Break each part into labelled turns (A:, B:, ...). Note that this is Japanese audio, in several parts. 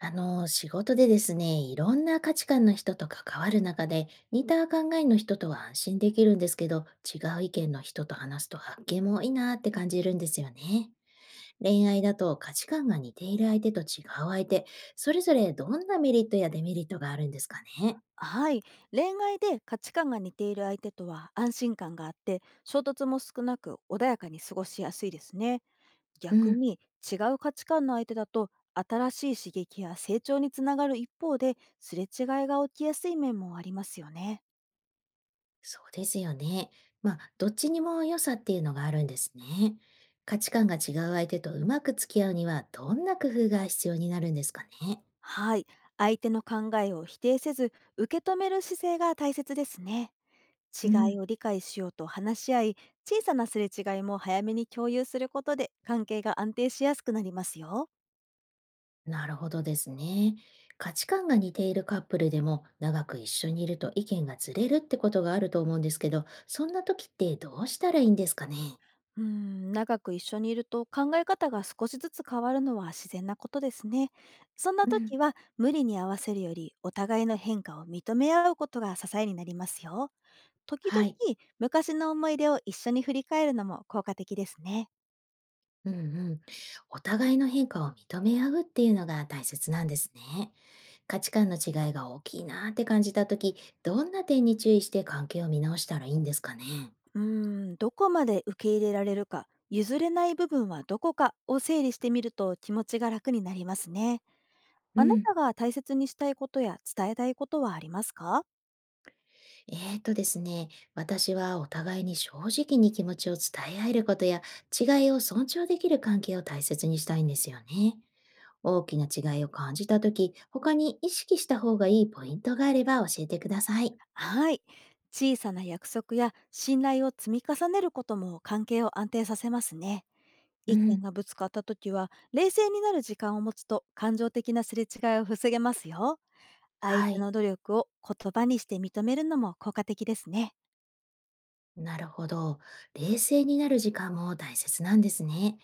A: あの、仕事でですね、いろんな価値観の人と関わる中で、似た考えの人とは安心できるんですけど、違う意見の人と話すと発見もいいなって感じるんですよね。恋愛だと価値観が似ている相手と違う相手、それぞれどんなメリットやデメリットがあるんですかね。
B: はい。恋愛で価値観が似ている相手とは安心感があって、衝突も少なく穏やかに過ごしやすいですね。
A: う
B: 逆
A: ん、
B: に違う価値観の相手だと、新しい刺激や成長につながる一方で、すれ違いが起きやすい面もありますよね。
A: そうですよね。まあ、どっちにも良さっていうのがあるんですね。価値観が違う相手とうまく付き合うには、どんな工夫が必要になるんですかね。
B: はい。相手の考えを否定せず、受け止める姿勢が大切ですね。
A: う
B: 違い
A: ん。
B: を理解しようと話し合い、小さなすれ違いも早めに共有することで関係が安定しやすくなりますよ。
A: なるほどですね。価値観が似ているカップルでも長く一緒にいると意見がずれるってことがあると思うんですけど、そんな時ってどうしたらいいんですかね。
B: うん、長く一緒にいると考え方が少しずつ変わるのは自然なことですね。そんな
A: うん、
B: 時は無理に合わせるよりお互いの変化を認め合うことが支えになりますよ。時
A: は
B: 々
A: い。
B: 昔の思い出を一緒に振り返るのも効果的ですね。
A: うんうん。お互いの変化を認め合うっていうのが大切なんですね。価値観の違いが大きいなって感じた時、どんな点に注意して関係を見直したらいいんですかね。
B: うーん、どこまで受け入れられるか、譲れない部分はどこかを整理してみると気持ちが楽になりますね。
A: う
B: あな
A: ん。
B: たが大切にしたいことや伝えたいことはありますか？
A: えーとですね、私はお互いに正直に気持ちを伝え合えることや違いを尊重できる関係を大切にしたいんですよね。大きな違いを感じたとき、他に意識した方がいいポイントがあれば教えてください。
B: はい。小さな約束や信頼を積み重ねることも関係を安定させますね。
A: う
B: 意見
A: ん、
B: がぶつかった時は、冷静になる時間を持つと感情的なすれ違いを防げますよ。相
A: は
B: 手
A: い、
B: の努力を言葉にして認めるのも効果的ですね。
A: なるほど。冷静になる時間も大切なんですね。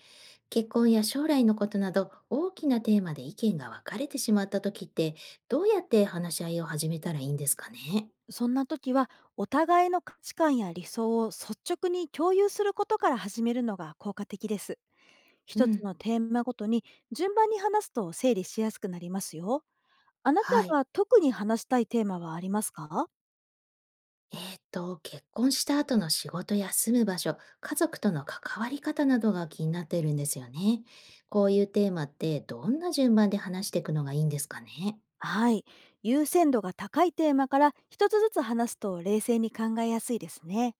A: 結婚や将来のことなど大きなテーマで意見が分かれてしまったときって、どうやって話し合いを始めたらいいんですかね。
B: そんな時は、お互いの価値観や理想を率直に共有することから始めるのが効果的です。
A: う
B: 一つ
A: ん、
B: のテーマごとに順番に話すと整理しやすくなりますよ。あなた
A: はい。
B: が特に話したいテーマはありますか？
A: 結婚した後の仕事や住む場所、家族との関わり方などが気になっているんですよね。こういうテーマってどんな順番で話していくのがいいんですかね。
B: はい。優先度が高いテーマから一つずつ話すと冷静に考えやすいですね。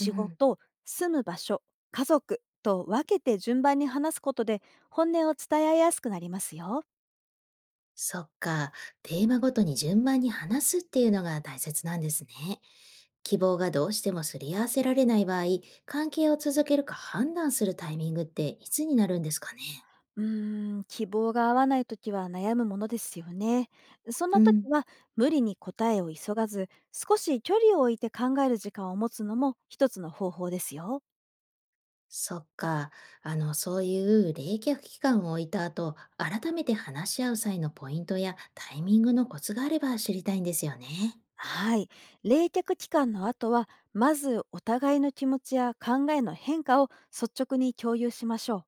A: うん、
B: 事、住む場所、家族と分けて順番に話すことで本音を伝え合いやすくなりますよ。
A: そっか、テーマごとに順番に話すっていうのが大切なんですね。希望がどうしてもすり合わせられない場合、関係を続けるか判断するタイミングっていつになるんですかね。
B: うーん、希望が合わないときは悩むものですよね。そん
A: う
B: なとき
A: ん。
B: は無理に答えを急がず、少し距離を置いて考える時間を持つのも一つの方法ですよ。
A: そっか。あの、そういう冷却期間を置いた後、改めて話し合う際のポイントやタイミングのコツがあれば知りたいんですよね。
B: はい。冷却期間の後は、まずお互いの気持ちや考えの変化を率直に共有しましょ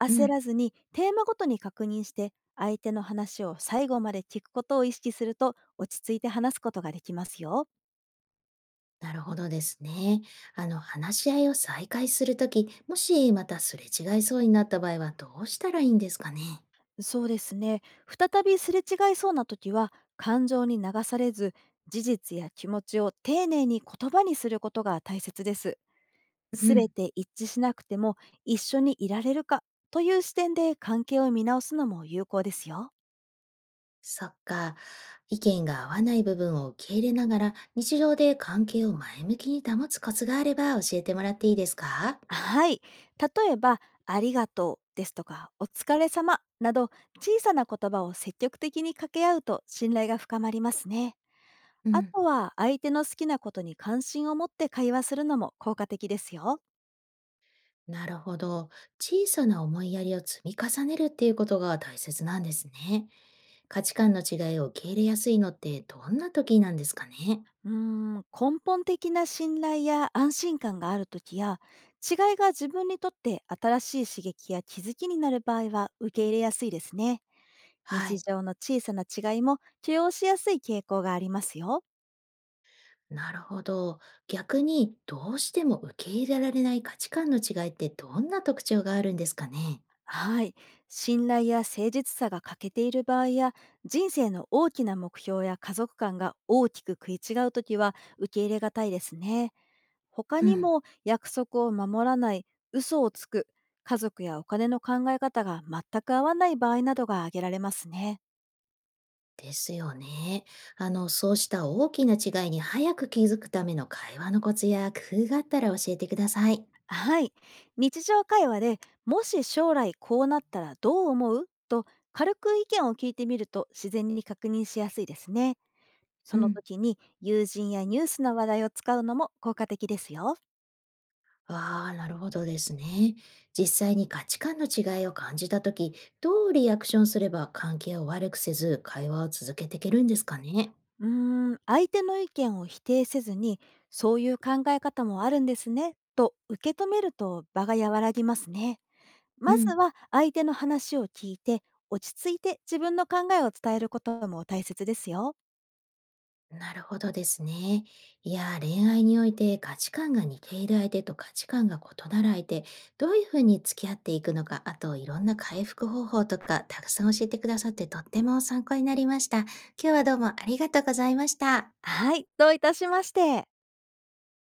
B: う。
A: う
B: 焦
A: ん、
B: らずにテーマごとに確認して、相手の話を最後まで聞くことを意識すると、落ち着いて話すことができますよ。
A: なるほどですね。あの、話し合いを再開するとき、もしまたすれ違いそうになった場合はどうしたらいいんですかね。
B: そうですね。再びすれ違いそうな時は、感情に流されず、事実や気持ちを丁寧に言葉にすることが大切です。
A: う
B: すべ
A: ん、
B: て一致しなくても一緒にいられるかという視点で関係を見直すのも有効ですよ。
A: そっか。意見が合わない部分を受け入れながら、日常で関係を前向きに保つコツがあれば教えてもらっていいですか。
B: はい。例えば、ありがとうですとか、お疲れ様など小さな言葉を積極的に掛け合うと信頼が深まりますね。
A: う
B: あ
A: ん。
B: とは相手の好きなことに関心を持って会話するのも効果的ですよ。
A: なるほど。小さな思いやりを積み重ねるっていうことが大切なんですね。価値観の違いを受け入れやすいのってどんな時なんですかね。
B: うーん、根本的な信頼や安心感があるときや、違いが自分にとって新しい刺激や気づきになる場合は受け入れやすいですね。
A: は
B: 日
A: い。
B: 常の小さな違いも許容しやすい傾向がありますよ。
A: なるほど。逆にどうしても受け入れられない価値観の違いってどんな特徴があるんですかね。
B: はい。信頼や誠実さが欠けている場合や、人生の大きな目標や家族観が大きく食い違うときは受け入れがたいですね。他
A: う
B: に
A: ん。
B: も約束を守らない、嘘をつく、家族やお金の考え方が全く合わない場合などが挙げられますね。
A: ですよね。あの、そうした大きな違いに早く気づくための会話のコツや工夫があったら教えてください。
B: はい。日常会話でもし将来こうなったらどう思うと軽く意見を聞いてみると自然に確認しやすいですね。そ
A: う
B: の
A: ん。
B: 時に友人やニュースの話題を使うのも効果的ですよ。
A: ああ、なるほどですね。実際に価値観の違いを感じたとき、どうリアクションすれば関係を悪くせず会話を続けていけるんですかね。
B: うーん、相手の意見を否定せずにそういう考え方もあるんですねと受け止めると場が和らぎますね。
A: う
B: まず
A: ん、
B: は相手の話を聞いて、落ち着いて自分の考えを伝えることも大切ですよ。
A: なるほどですね。いやー、恋愛において価値観が似ている相手と価値観が異なる相手、どういうふうに付き合っていくのか、あといろんな回復方法とかたくさん教えてくださってとっても参考になりました。今日はどうもありがとうございました。
B: はい、どういたしまして。